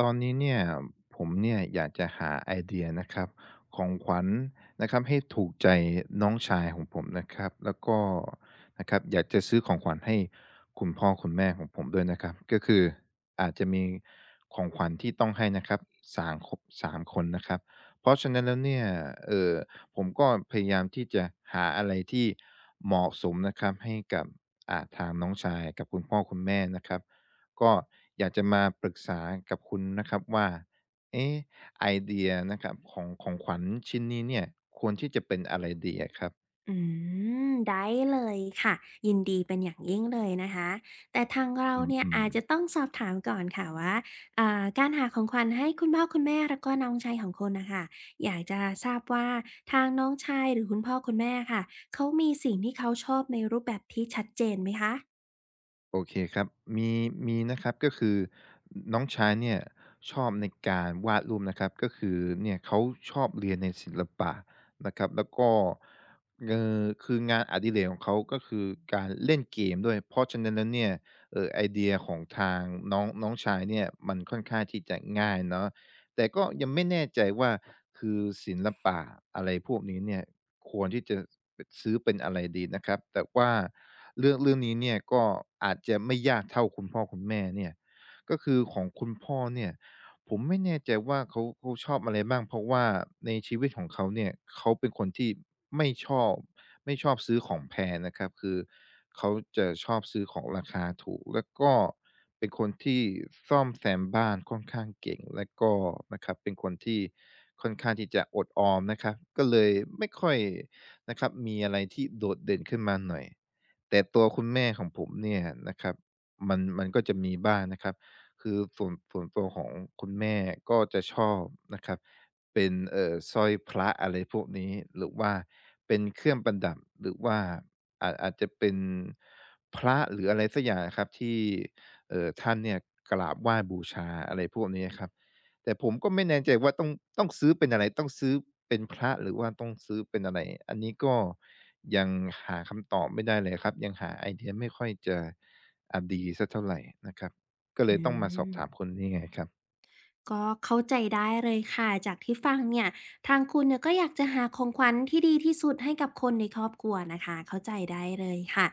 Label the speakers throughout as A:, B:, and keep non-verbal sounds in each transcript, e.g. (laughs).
A: ตอนนี้เนี่ยผมเนี่ยอยากจะหาไอเดียนะครับของขวัญนะครับให้ถูกใจน้องชายของผมนะครับแล้วก็นะครับอยากจะซื้อของขวัญให้คุณพ่อคุณแม่ของผมด้วยนะครับก็คืออาจจะมีของขวัญที่ต้องให้นะครับสามคนสามคนนะครับเพราะฉะนั้นแล้วเนี่ยเออผมก็พยายามที่จะหาอะไรที่เหมาะสมนะครับให้กับทางน้องชายกับคุณพ่อคุณแม่นะครับ ก็อยากจะมาปรึกษากับคุณนะครับว่าเอ๊ะไอเดียนะครับของของขวัญชิ้นนี้เนี่ยควรที่จะเป็นอะไรดีอะครับ
B: อืมได้เลยค่ะยินดีเป็นอย่างยิ่งเลยนะคะแต่ทางเราเนี่ย
A: อืม
B: อาจจะต้อ
A: ๆ
B: งสอบถามก่อนค่ะว่าการหาของขวัญให้คุณพ่อคุณแม่แล้วก็น้องชายของคุณนะคะอยากจะทราบว่าทางน้องชายหรือคุณพ่อคุณแม่ค่ะเขามีสิ่งที่เขาชอบในรูปแบบที่ชัดเจนไหมคะ
A: โอเคครับมีมีนะครับก็คือน้องชายเนี่ยชอบในการวาดรูปนะครับก็คือเนี่ยเขาชอบเรียนในศิลปะนะครับแล้วก็คืองานอดิเรกของเขาก็คือการเล่นเกมด้วยเพราะฉะนั้นแล้วเนี่ยไอเดียของทางน้องน้องชายเนี่ยมันค่อนข้างที่จะง่ายเนาะ แต่ก็ยังไม่แน่ใจว่าคือศิลปะอะไรพวกนี้เนี่ยควรที่จะปซื้อเป็นอะไรดีนะครับแต่ว่าเรื่องนี้เนี่ยก็อาจจะไม่ยากเท่าคุณพ่อคุณแม่เนี่ยก็คือของคุณพ่อเนี่ย ผมไม่แน่ใจว่าเขาชอบอะไรบ้างเพราะว่าในชีวิตของเขาเนี่ยเขาเป็นคนที่ไม่ชอบไม่ชอบซื้อของแพงนะครับคือเขาจะชอบซื้อของราคาถูกแล้วก็เป็นคนที่ซ่อมแซมบ้านค่อนข้างเก่งและก็นะครับเป็นคนที่ค่อนข้างที่จะอดออมนะครับก็เลยไม่ค่อยนะครับมีอะไรที่โดดเด่นขึ้นมาหน่อยแต่ตัวคุณแม่ของผมเนี่ยนะครับมันก็จะมีบ้างนะครับ คือส่วนตัวของคุณแม่ก็จะชอบนะครับเป็นสร้อยพระอะไรพวกนี้หรือว่าเป็นเครื่องประดับหรือว่าอาจจะเป็นพระหรืออะไรสักอย่างครับที่ท่านเนี่ยกราบไหว้บูชาอะไรพวกนี้ครับแต่ผมก็ไม่แน่ใจว่าต้องซื้อเป็นอะไรต้องซื้อเป็นพระหรือว่าต้องซื้อเป็นอะไรอันนี้ก็ยังหาคำตอบไม่ได้เลยครับยังหาไอเดียไม่ค่อยจะดีสักเท่าไหรนะครับ ก็เล
B: อื
A: ยต้องมาสอบ
B: ม
A: ถามคุณนี่ไงครับ
B: ก็เข้าใจได้เลยค่ะจากที่ฟังเนี่ยทางคุณเนี่ยก็อยากจะหาของขวัญที่ดีที่สุดให้กับคนในครอบครัวนะคะเข้าใจได้เลยค่ะ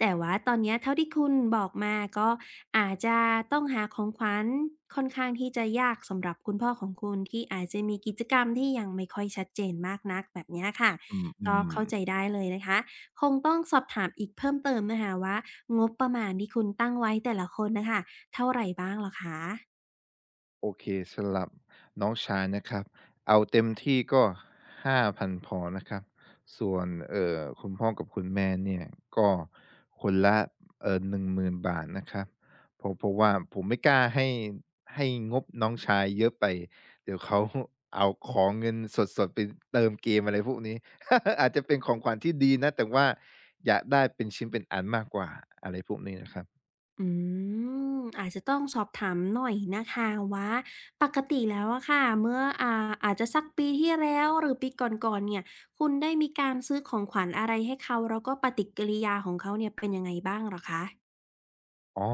B: แต่ว่าตอนเนี้ยเท่าที่คุณบอกมาก็อาจจะต้องหาของขวัญค่อนข้างที่จะยากสำหรับคุณพ่อของคุณที่อาจจะมีกิจกรรมที่ยังไม่ค่อยชัดเจนมากนักแบบเนี้ยค่ะ
A: อืมอื
B: ก็
A: ม
B: เข้าใจได้เลยนะคะคงต้องสอบถามอีกเพิ่มเติมนะคะว่างบประมาณที่คุณตั้งไว้แต่ละคนนะคะเท่าไหร่บ้างเหรอคะ
A: โอเคสำหรับน้องชายนะครับ เอาเต็มที่ก็5,000พอนะครับส่วนคุณพ่อกับคุณแม่เนี่ยก็คนละหนึ่งหมื่นบาทนะครับเพราะว่าผมไม่กล้าให้ให้งบน้องชายเยอะไป เดี๋ยวเขา (laughs) เอาของเงินสดๆไปเติมเกมอะไรพวกนี้ (laughs) อาจจะเป็นของขวัญที่ดีนะ แต่ว่าอยากได้เป็นชิ้นเป็นอันมากกว่าอะไรพวกนี้นะครับ
B: อืมอาจจะต้องสอบถามหน่อยนะคะว่าปกติแล้วอะค่ะเมื่ออาจจะสักปีที่แล้วหรือปีก่อนๆเนี่ยคุณได้มีการซื้อของขวัญอะไรให้เขาแล้วก็ปฏิกิริยาของเขาเนี่ยเป็นยังไงบ้างเหรอคะ
A: อ๋อ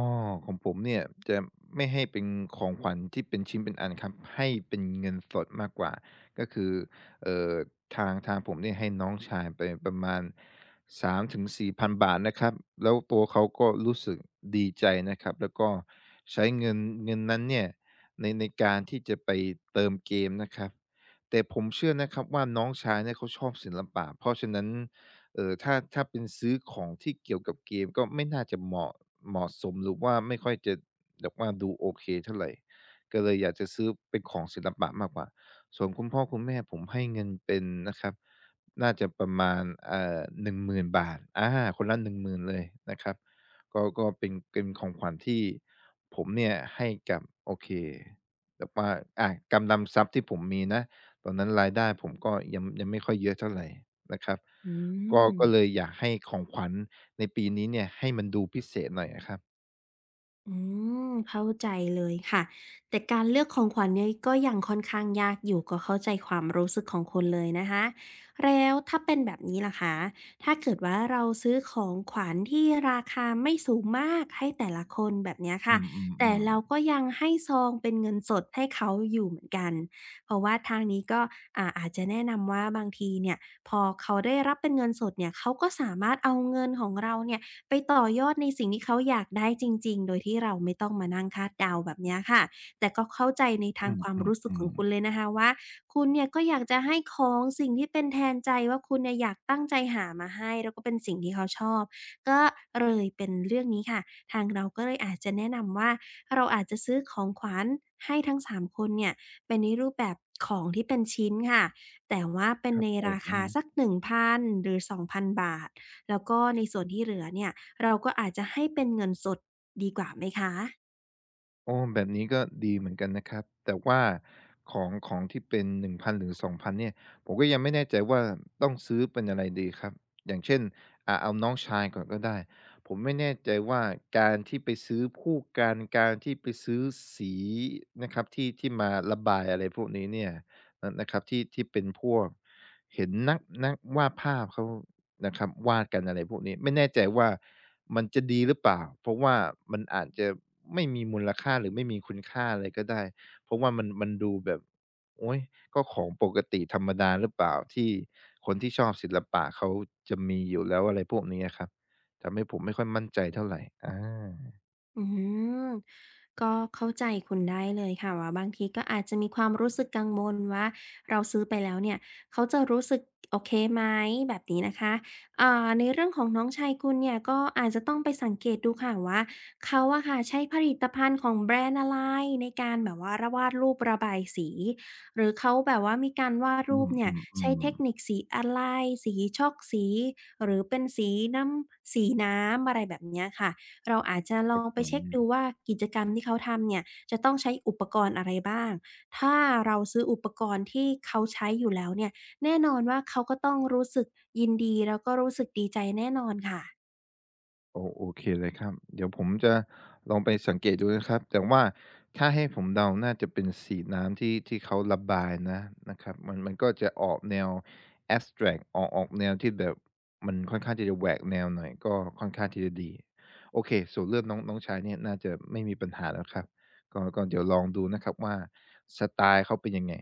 A: ของผมเนี่ยจะไม่ให้เป็นของขวัญที่เป็นชิ้นเป็นอันครับให้เป็นเงินสดมากกว่าก็คือเอ่อทางผมเนี่ยให้น้องชายไปประมาณ฿3,000-4,000นบาทนะครับแล้วตัวเขาก็รู้สึกดีใจนะครับแล้วก็ใช้เงินเงินนั้นเนี่ยในการที่จะไปเติมเกมนะครับแต่ผมเชื่อนะครับว่าน้องชายเนี่ยเขาชอบศิลปะเพราะฉะนั้น ถ้าเป็นซื้อของที่เกี่ยวกับเกมก็ไม่น่าจะเหมาะสมหรือว่าไม่ค่อยจะแบบว่าดูโอเคเท่าไหร่ก็เลยอยากจะซื้อเป็นของศิลปะมากกว่าส่วนคุณพ่อคุณแม่ผมให้เงินเป็นนะครับน่าจะประมาณหนึ่งหมื่นบาทคนละหนึ่งหมื่นเลยนะครับก็เป็นของขวัญที่ผมเนี่ยให้กับโอเคแบบว่ากำลังทรัพย์ที่ผมมีนะ ตอนนั้นรายได้ผมก็ยังไม่ค่อยเยอะเท่าไรนะครับ
B: อื
A: ก็
B: ม
A: ก็เลยอยากให้ของขวัญในปีนี้เนี่ยให้มันดูพิเศษหน่อยอะครับ
B: อืมเข้าใจเลยค่ะแต่การเลือกของขวัญเนี่ยก็ยังค่อนข้างยากอยู่ก็เข้าใจความรู้สึกของคนเลยนะคะแล้วถ้าเป็นแบบนี้ล่ะคะถ้าเกิดว่าเราซื้อของขวัญที่ราคาไม่สูงมากให้แต่ละคนแบบเนี้ย
A: อื
B: ค่ะแต่
A: ม
B: เรา
A: ๆ
B: ก็ยังให้ซองเป็นเงินสดให้เขาอยู่เหมือนกันเพราะว่าทางนี้ก็อาจจะแนะนำว่าบางทีเนี่ยพอเขาได้รับเป็นเงินสดเนี่ยเขาก็สามารถเอาเงินของเราเนี่ย ไปต่อยอดในสิ่งที่เขาอยากได้จริงๆโดยที่เราไม่ต้องมานั่งคาดเดาแบบเนี้ยค่ะแต่ก็เข้าใจใน
A: ๆ
B: ทางความรู้สึก
A: อื
B: ของ
A: ม
B: คุณเลยนะคะว่าคุณเนี่ยก็อยากจะให้ของสิ่งที่เป็นแทนใจว่าคุณเนี่ยอยากตั้งใจหามาให้แล้วก็เป็นสิ่งที่เขาชอบก็เลยเป็นเรื่องนี้ค่ะทางเราก็เลยอาจจะแนะนำว่าเราอาจจะซื้อของขวัญให้ทั้งสามคนเนี่ยเป็นในรูปแบบของที่เป็นชิ้นค่ะแต่ว่า
A: ๆ
B: เป็
A: ๆ
B: น
A: ครับ
B: ใน
A: ผ
B: ราคา
A: ม
B: สัก1พันหรือสอง0 0 0บาท แล้วก็ในส่วนที่เหลือเนี่ยเราก็อาจจะให้เป็นเงินสดดีกว่าไหมคะ
A: โอ๋แบบนี้ก็ดีเหมือนกันนะครับแต่ว่าของของที่เป็น1,000หรือ2,000เนี่ยผมก็ยังไม่แน่ใจว่าต้องซื้อเป็นอะไรดีครับอย่างเช่นเอาน้องชายก่อนก็ได้ผมไม่แน่ใจว่าการที่ไปซื้อคู่กันการที่ไปซื้อสีนะครับที่ที่มาระบายอะไรพวกนี้เนี่ยนนะครับที่ที่เป็นพวกเห็นนักวาดภาพเขานะครับวาดกันอะไรพวกนี้ไม่แน่ใจว่า มันจะดีหรือเปล่าเพราะว่ามันอาจจะไม่มีมูลค่าหรือไม่มีคุณค่าอะไรก็ได้เพราะว่ามันดูแบบโอ๊ยก็ของปกติธรรมดาหรือเปล่าที่คนที่ชอบศิลปะเขาจะมีอยู่แล้วอะไรพวกนี้อะครับทำให้ผมไม่ค่อยมั่นใจเท่าไรอา
B: อืมก็เข้าใจคุณได้เลยค่ะว่าบางทีก็อาจจะมีความรู้สึกกังวลว่าเราซื้อไปแล้วเนี่ยเขาจะรู้สึกโอเคไหมแบบนี้นะคะในเรื่องของน้องชายคุณเนี่ยก็อาจจะต้องไปสังเกตดูค่ะว่าเขาอะค่ะใช้ผลิตภัณฑ์ของแบรนด์อะไรในการแบบว่าระวาดรูประบายสีหรือเขาแบบว่ามีการวาด
A: อื
B: รูปเนี่ยใช้
A: ม
B: เทค
A: ๆ
B: นิค
A: ๆ
B: สีอะไรสีช็อกสีหรือเป็นสีน้ำสีน้ำอะไรแบบเนี้ยค่ะ เราอาจจะลองไป
A: อื
B: เช็คดู
A: ม
B: ว่ากิจกรรมที่เขาทำเนี่ยจะต้องใช้อุปกรณ์อะไรบ้าง ถ้าเราซื้ออุปกรณ์ที่เขาใช้อยู่แล้วเนี่ยแน่นอนว่าเขาก็ต้องรู้สึกยินดีแล้วก็รู้สึกดีใจแน่นอนค่ะ
A: โอ้โอเคเลยครับเดี๋ยวผมจะลองไปสังเกตดูนะครับแต่ว่าถ้าให้ผมเดาน่าจะเป็นสีน้ำที่เขาระบายนะนะครับมันก็จะออกแนวแอบสแตรกต์ออกแนวที่แบบมันค่อนข้างที่จะแหวกแนวหน่อยก็ค่อนข้างที่จะดีโอเคส่วนเรื่องน้องน้องชายเนี่ยน่าจะไม่มีปัญหาแล้วครับก็เดี๋ยวลองดูนะครับว่าสไตล์เขาเป็นยังไง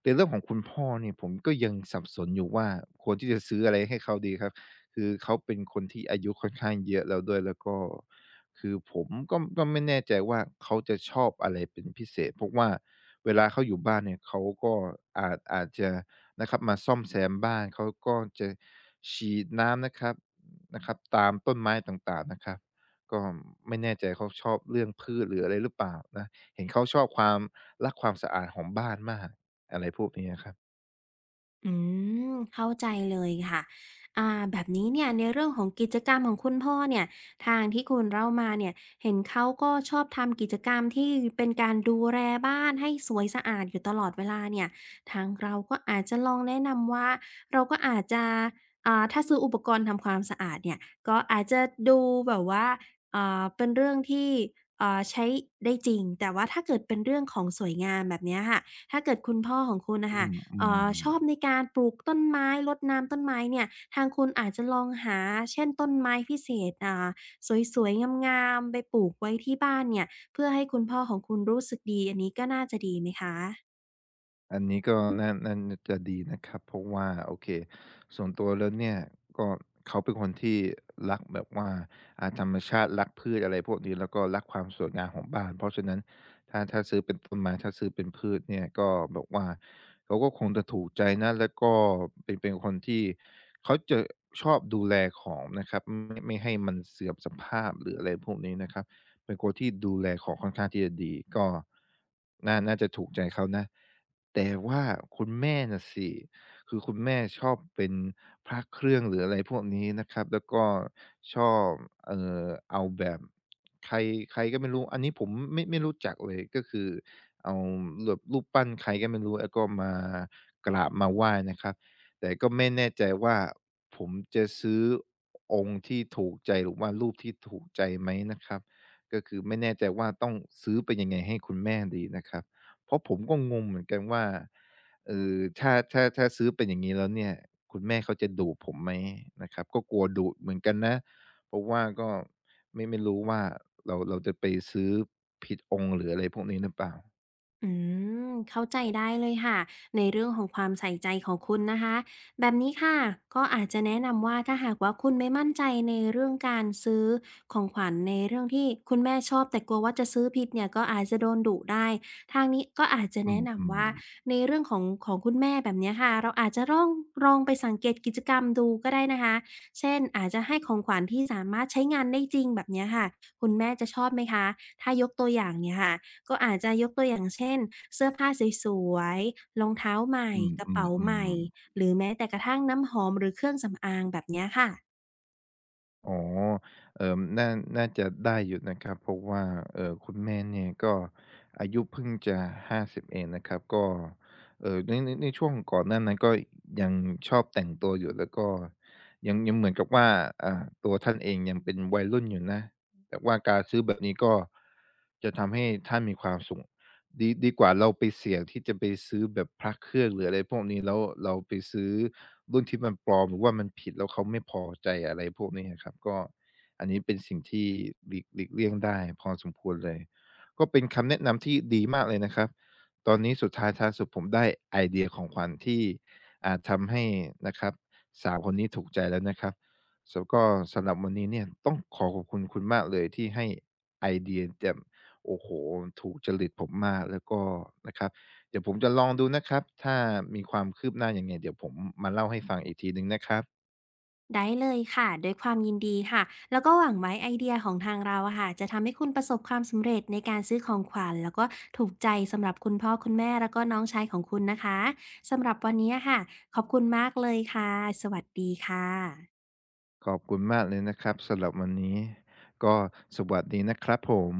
A: แต่เรื่องของคุณพ่อเนี่ยผมก็ยังสับสนอยู่ว่าควรที่จะซื้ออะไรให้เขาดีครับ คือเขาเป็นคนที่อายุค่อนข้างเยอะแล้วด้วยแล้วก็คือผมก็ไม่แน่ใจว่าเขาจะชอบอะไรเป็นพิเศษเพราะว่าเวลาเขาอยู่บ้านเนี่ยเขาก็อาจจะนะครับมาซ่อมแซมบ้านเขาก็จะฉีดน้ำนะครับนะครับตามต้นไม้ต่างๆนะครับก็ไม่แน่ใจเขาชอบเรื่องพืชหรืออะไรหรือเปล่านะเห็นเขาชอบความรักความสะอาดของบ้านมากอะไรพวกนี้อะครับ
B: อืมเข้าใจเลยค่ะแบบนี้เนี่ยในเรื่องของกิจกรรมของคุณพ่อเนี่ยทางที่คุณเล่ามาเนี่ยเห็นเขาก็ชอบทำกิจกรรมที่เป็นการดูแลบ้านให้สวยสะอาดอยู่ตลอดเวลาเนี่ยทางเราก็อาจจะลองแนะนำว่าเราก็อาจจะถ้าซื้ออุปกรณ์ทำความสะอาดเนี่ยก็อาจจะดูแบบว่าเป็นเรื่องที่ใช้ได้จริงแต่ว่าถ้าเกิดเป็นเรื่องของสวยงามแบบเนี้ยค่ะถ้าเกิดคุณพ่อของคุณ
A: อ
B: นะคะ
A: ื
B: ช
A: ม
B: อบใน
A: ๆ
B: การปลูกต้นไม้รดน้ำต้นไม้เนี่ยทางคุณอาจจะลองหาเช่นต้นไม้พิเศษสวยๆงามๆไปปลูกไว้ที่บ้านเนี่ยเพื่อให้คุณพ่อของคุณรู้สึกดีอันนี้ก็น่าจะดีไหมคะ
A: อันนี้ก็น่าจะดีนะครับเพราะว่าโอเคส่วนตัวแล้วเนี่ยก็เขาเป็นคนที่รักแบบว่าธรรมชาติรักพืชอะไรพวกนี้แล้วก็รักความสวยงามของบ้านเพราะฉะนั้นถ้าซื้อเป็นต้นไม้ถ้าซื้อเป็นพืชเนี่ยก็แบบว่าเขาก็คงจะถูกใจนะแล้วก็เป็นคนที่เขาจะชอบดูแลของนะครับไม่ให้มันเสื่อมสภาพหรืออะไรพวกนี้นะครับ เป็นคนที่ดูแลของค่อนข้างที่จะดีก็น่าจะถูกใจเขานะแต่ว่าคุณแม่น่ะสิคือคุณแม่ชอบเป็นพระเครื่องหรืออะไรพวกนี้นะครับแล้วก็ชอบเอ่อเอาแบบใครใครก็ไม่รู้อันนี้ผมไม่รู้จักเลยก็คือเอาแบบรูปปั้นใครก็ไม่รู้แล้วก็มากราบมาไหว้นะครับแต่ก็ไม่แน่ใจว่าผมจะซื้อองค์ที่ถูกใจหรือว่ารูปที่ถูกใจไหมนะครับ ก็คือไม่แน่ใจว่าต้องซื้อไปยังไงให้คุณแม่ดีนะครับเพราะผมก็งงเหมือนกันว่าเออถ้าซื้อเป็นอย่างงี้แล้วเนี่ยคุณแม่เขาจะดุผมไหมนะครับก็กลัวดุเหมือนกันนะเพราะว่าก็ไม่รู้ว่าเราจะไปซื้อผิดองค์หรืออะไรพวกนี้หรือเปล่า
B: อืมเข้าใจได้เลยค่ะในเรื่องของความใส่ใจของคุณนะคะแบบนี้ค่ะก็อาจจะแนะนำว่าถ้าหากว่าคุณไม่มั่นใจในเรื่องการซื้อของขวัญในเรื่องที่คุณแม่ชอบแต่กลัวว่าจะซื้อผิดเนี่ยก็อาจจะโดนดุได้ทางนี้ก็อาจจะ
A: อื
B: แนะนำว่า
A: ม
B: ในเรื่องของของคุณแม่แบบเนี้ยค่ะเราอาจจะร่องลองไปสังเกตกิจกรรมดูก็ได้นะคะเช่นอาจจะให้ของขวัญที่สามารถใช้งานได้จริงแบบเนี้ยค่ะคุณแม่จะชอบไหมคะถ้ายกตัวอย่างเนี่ยค่ะ ก็อาจจะยกตัวอย่างเช่นเสื้อผ้าสวยๆรองเท้าใหม่
A: ๆอื
B: กระเป๋าให
A: ม
B: ม่
A: ๆๆ
B: หรือแม้แต่กระทั่งน้ำหอมหรือเครื่องสำอางแบบเนี้ยค่ะ
A: อ๋อเอ่อน่าน่าจะได้อยู่นะครับ เพราะว่าคุณแม่เนี่ยก็ อายุเพิ่งจะ5บเองนะครับ ก็ในช่วงก่อนหน้านั้นก็ ยังชอบแต่งตัวอยู่แล้วก็ ยังเหมือนกับว่าตัวท่านเองยังเป็นวัยรุ่นอยู่นะ แต่ว่าการซื้อแบบนี้ก็ จะทำให้ท่านมีความสุข ดีกว่าเราไปเสี่ยงที่จะไปซื้อแบบพระเครื่องหรืออะไรพวกนี้แล้วเราไปซื้อรุ่นที่มันปลอมหรือว่ามันผิดแล้วเขาไม่พอใจอะไรพวกนี้อะครับก็อันนี้เป็นสิ่งที่หลีกเลี่ยงได้พอสมควรเลยก็เป็นคำแนะนำที่ดีมากเลยนะครับตอนนี้สุดท้ายท้ายสุดผมได้ไอเดียของขวัญที่ทำให้นะครับสาวคนนี้ถูกใจแล้วนะครับแล้วก็สำหรับวันนี้เนี่ยต้องขอบคุณคุณมากเลยที่ให้ไอเดียแจ่ม โอ้โฮถูกจริตผมมาก แล้วก็นะครับ เดี๋ยวผมจะลองดูนะครับ ถ้ามีความคืบหน้ายังไงเดี๋ยวผมมาเล่าให้ฟังอีกทีหนึ่งนะครับ
B: ได้เลยค่ะด้วยความยินดีค่ะแล้วก็หวังไว้ไอเดียของทางเราอะค่ะจะทำให้คุณประสบความสำเร็จในการซื้อของขวัญแล้วก็ถูกใจสำหรับคุณพ่อคุณแม่แล้วก็น้องชายของคุณนะคะสำหรับวันนี้ค่ะขอบคุณมากเลยค่ะสวัสดีค่ะ
A: ขอบคุณมากเลยนะครับสำหรับวันนี้ ก็สวัสดีนะครับผม